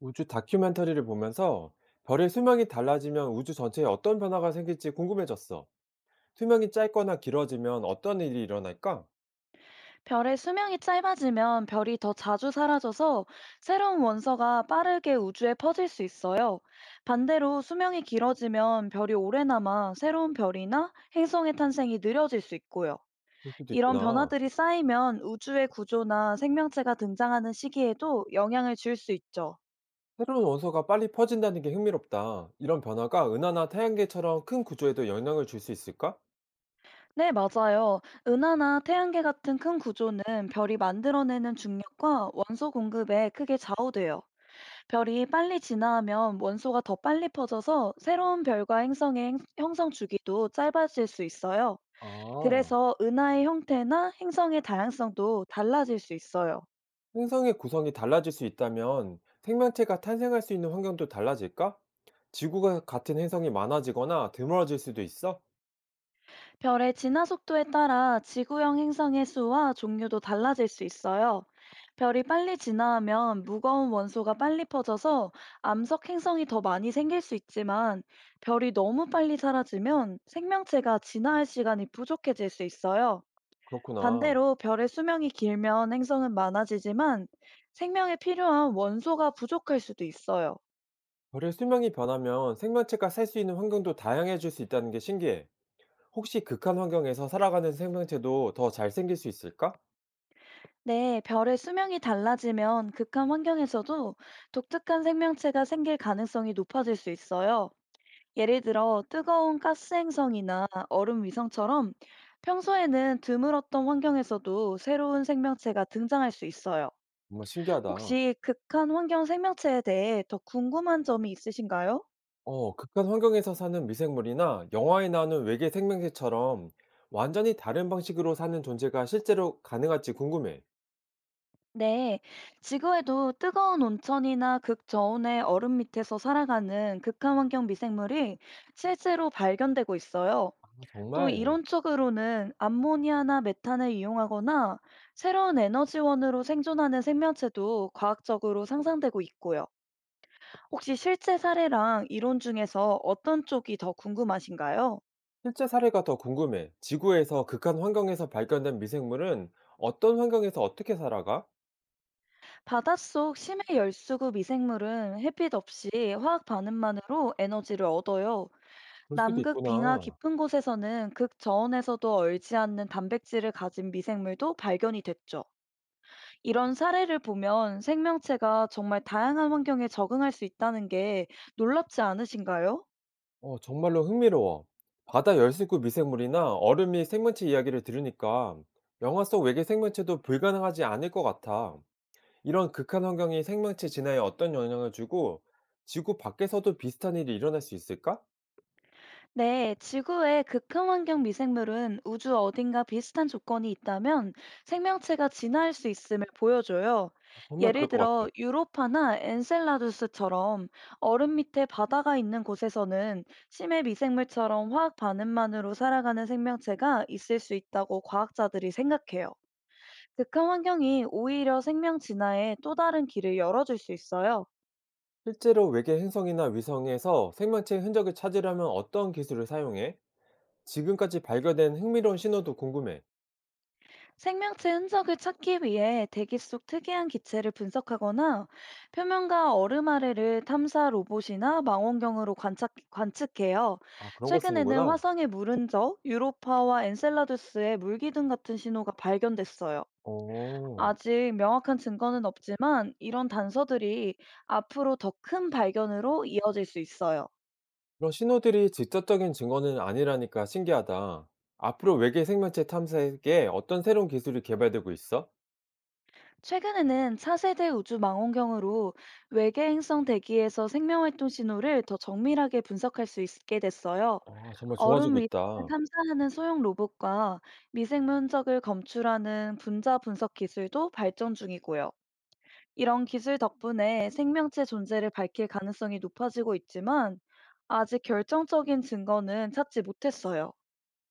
우주 다큐멘터리를 보면서 별의 수명이 달라지면 우주 전체에 어떤 변화가 생길지 궁금해졌어. 수명이 짧거나 길어지면 어떤 일이 일어날까? 별의 수명이 짧아지면 별이 더 자주 사라져서 새로운 원소가 빠르게 우주에 퍼질 수 있어요. 반대로 수명이 길어지면 별이 오래 남아 새로운 별이나 행성의 탄생이 느려질 수 있고요. 그럴 수도 이런 있구나. 변화들이 쌓이면 우주의 구조나 생명체가 등장하는 시기에도 영향을 줄 수 있죠. 새로운 원소가 빨리 퍼진다는 게 흥미롭다. 이런 변화가 은하나 태양계처럼 큰 구조에도 영향을 줄 수 있을까? 네, 맞아요. 은하나 태양계 같은 큰 구조는 별이 만들어내는 중력과 원소 공급에 크게 좌우돼요. 별이 빨리 진화하면 원소가 더 빨리 퍼져서 새로운 별과 행성의 형성 주기도 짧아질 수 있어요. 아, 그래서 은하의 형태나 행성의 다양성도 달라질 수 있어요. 행성의 구성이 달라질 수 있다면 생명체가 탄생할 수 있는 환경도 달라질까? 지구가 같은 행성이 많아지거나 드물어질 수도 있어? 별의 진화 속도에 따라 지구형 행성의 수와 종류도 달라질 수 있어요. 별이 빨리 진화하면 무거운 원소가 빨리 퍼져서 암석 행성이 더 많이 생길 수 있지만, 별이 너무 빨리 사라지면 생명체가 진화할 시간이 부족해질 수 있어요. 그렇구나. 반대로 별의 수명이 길면 행성은 많아지지만 생명에 필요한 원소가 부족할 수도 있어요. 별의 수명이 변하면 생명체가 살 수 있는 환경도 다양해질 수 있다는 게 신기해. 혹시 극한 환경에서 살아가는 생명체도 더 잘 생길 수 있을까? 네, 별의 수명이 달라지면 극한 환경에서도 독특한 생명체가 생길 가능성이 높아질 수 있어요. 예를 들어 뜨거운 가스 행성이나 얼음 위성처럼 평소에는 드물었던 환경에서도 새로운 생명체가 등장할 수 있어요. 정말 신기하다. 혹시 극한 환경 생명체에 대해 더 궁금한 점이 있으신가요? 어, 극한 환경에서 사는 미생물이나 영화에 나오는 외계 생명체처럼 완전히 다른 방식으로 사는 존재가 실제로 가능할지 궁금해. 네, 지구에도 뜨거운 온천이나 극저온의 얼음 밑에서 살아가는 극한환경 미생물이 실제로 발견되고 있어요. 아, 또 정말. 이론적으로는 암모니아나 메탄을 이용하거나 새로운 에너지원으로 생존하는 생명체도 과학적으로 상상되고 있고요. 혹시 실제 사례랑 이론 중에서 어떤 쪽이 더 궁금하신가요? 실제 사례가 더 궁금해. 지구에서 극한 환경에서 발견된 미생물은 어떤 환경에서 어떻게 살아가? 바닷속 심해 열수구 미생물은 햇빛 없이 화학 반응만으로 에너지를 얻어요. 그럴 수도 남극 빙하 있구나. 깊은 곳에서는 극저온에서도 얼지 않는 단백질을 가진 미생물도 발견이 됐죠. 이런 사례를 보면 생명체가 정말 다양한 환경에 적응할 수 있다는 게 놀랍지 않으신가요? 어, 정말로 흥미로워. 바다 열습구 미생물이나 얼음이 생명체 이야기를 들으니까 영화 속 외계 생명체도 불가능하지 않을 것 같아. 이런 극한 환경이 생명체 진화에 어떤 영향을 주고 지구 밖에서도 비슷한 일이 일어날 수 있을까? 네, 지구의 극혐환경 미생물은 우주 어딘가 비슷한 조건이 있다면 생명체가 진화할 수 있음을 보여줘요. 정말 예를 그럴 것 들어 같아. 유로파나 엔셀라두스처럼 얼음 밑에 바다가 있는 곳에서는 심해 미생물처럼 화학 반응만으로 살아가는 생명체가 있을 수 있다고 과학자들이 생각해요. 극혐환경이 오히려 생명 진화에 또 다른 길을 열어줄 수 있어요. 실제로 외계 행성이나 위성에서 생명체의 흔적을 찾으려면 어떤 기술을 사용해? 지금까지 발견된 흥미로운 신호도 궁금해. 생명체 흔적을 찾기 위해 대기 속 특이한 기체를 분석하거나 표면과 얼음 아래를 탐사 로봇이나 망원경으로 관측해요. 아, 그런 걸 최근에는 쓰는구나. 화성의 물 흔적, 유로파와 엔셀라두스의 물기둥 같은 신호가 발견됐어요. 어. 아직 명확한 증거는 없지만, 이런 단서들이 앞으로 더 큰 발견으로 이어질 수 있어요. 이런 신호들이 직접적인 증거는 아니라니까 신기하다. 앞으로 외계 생명체 탐색에 어떤 새로운 기술이 개발되고 있어? 최근에는 차세대 우주 망원경으로 외계 행성 대기에서 생명활동 신호를 더 정밀하게 분석할 수 있게 됐어요. 아, 정말 얼음 좋아지고 위를 있다. 탐사하는 소형 로봇과 미생 흔적을 검출하는 분자 분석 기술도 발전 중이고요. 이런 기술 덕분에 생명체 존재를 밝힐 가능성이 높아지고 있지만, 아직 결정적인 증거는 찾지 못했어요.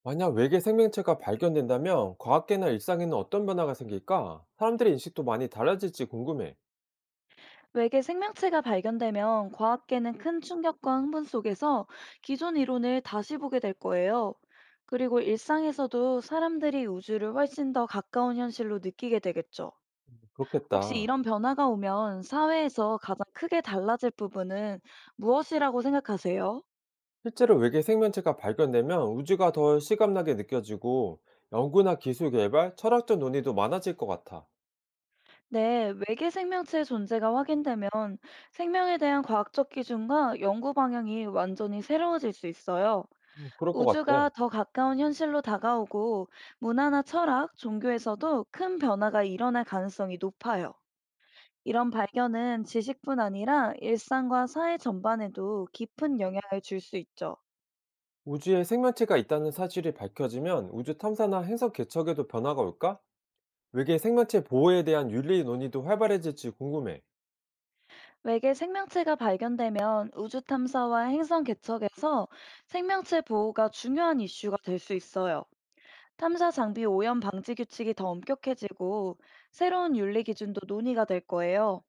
만약 외계 생명체가 발견된다면 과학계나 일상에는 어떤 변화가 생길까? 사람들의 인식도 많이 달라질지 궁금해. 외계 생명체가 발견되면 과학계는 큰 충격과 흥분 속에서 기존 이론을 다시 보게 될 거예요. 그리고 일상에서도 사람들이 우주를 훨씬 더 가까운 현실로 느끼게 되겠죠. 혹시 그렇겠다. 이런 변화가 오면 사회에서 가장 크게 달라질 부분은 무엇이라고 생각하세요? 실제로 외계 생명체가 발견되면 우주가 더 실감나게 느껴지고 연구나 기술 개발, 철학적 논의도 많아질 것 같아. 네, 외계 생명체의 존재가 확인되면 생명에 대한 과학적 기준과 연구 방향이 완전히 새로워질 수 있어요. 그럴 것 같아. 우주가 더 가까운 현실로 다가오고 문화나 철학, 종교에서도 큰 변화가 일어날 가능성이 높아요. 이런 발견은 지식뿐 아니라 일상과 사회 전반에도 깊은 영향을 줄 수 있죠. 우주에 생명체가 있다는 사실이 밝혀지면 우주 탐사나 행성 개척에도 변화가 올까? 외계 생명체 보호에 대한 윤리 논의도 활발해질지 궁금해. 외계 생명체가 발견되면 우주 탐사와 행성 개척에서 생명체 보호가 중요한 이슈가 될 수 있어요. 탐사 장비 오염 방지 규칙이 더 엄격해지고 새로운 윤리 기준도 논의가 될 거예요.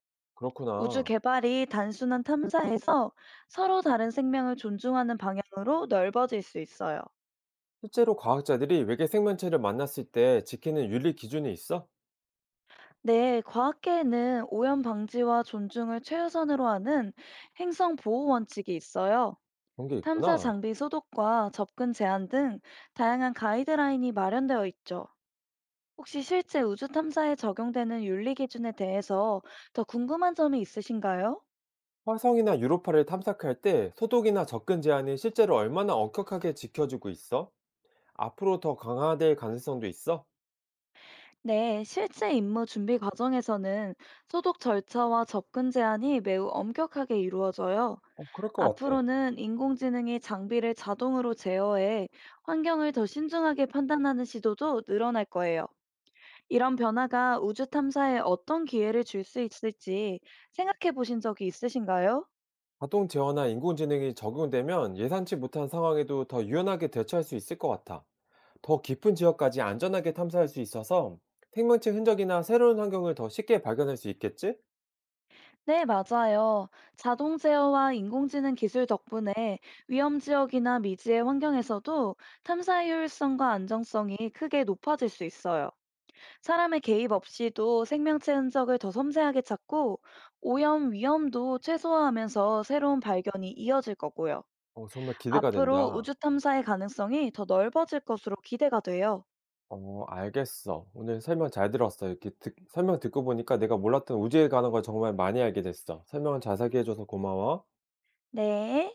우주 그렇구나. 개발이 단순한 탐사에서 서로 다른 생명을 존중하는 방향으로 넓어질 수 있어요. 실제로 과학자들이 외계 생명체를 만났을 때 지키는 윤리 기준이 있어? 네, 과학계에는 오염 방지와 존중을 최우선으로 하는 행성 보호 원칙이 있어요. 그런 게 탐사 있구나. 장비 소독과 접근 제한 등 다양한 가이드라인이 마련되어 있죠. 혹시 실제 우주 탐사에 적용되는 윤리 기준에 대해서 더 궁금한 점이 있으신가요? 화성이나 유로파를 탐색할 때 소독이나 접근 제한이 실제로 얼마나 엄격하게 지켜지고 있어? 앞으로 더 강화될 가능성도 있어? 네, 실제 임무 준비 과정에서는 소독 절차와 접근 제한이 매우 엄격하게 이루어져요. 어, 그럴 것 같아. 앞으로는 인공지능이 장비를 자동으로 제어해 환경을 더 신중하게 판단하는 시도도 늘어날 거예요. 이런 변화가 우주 탐사에 어떤 기회를 줄 수 있을지 생각해 보신 적이 있으신가요? 자동 제어나 인공지능이 적용되면 예상치 못한 상황에도 더 유연하게 대처할 수 있을 것 같아. 더 깊은 지역까지 안전하게 탐사할 수 있어서 생명체 흔적이나 새로운 환경을 더 쉽게 발견할 수 있겠지? 네, 맞아요. 자동 제어와 인공지능 기술 덕분에 위험 지역이나 미지의 환경에서도 탐사 효율성과 안정성이 크게 높아질 수 있어요. 사람의 개입 없이도 생명체 흔적을 더 섬세하게 찾고 오염 위험도 최소화하면서 새로운 발견이 이어질 거고요. 어, 정말 기대가 앞으로 된다. 우주 탐사의 가능성이 더 넓어질 것으로 기대가 돼요. 어, 알겠어. 오늘 설명 잘 들었어. 이렇게 설명 듣고 보니까 내가 몰랐던 우주에 관한 걸 정말 많이 알게 됐어. 설명을 자세하게 해줘서 고마워. 네.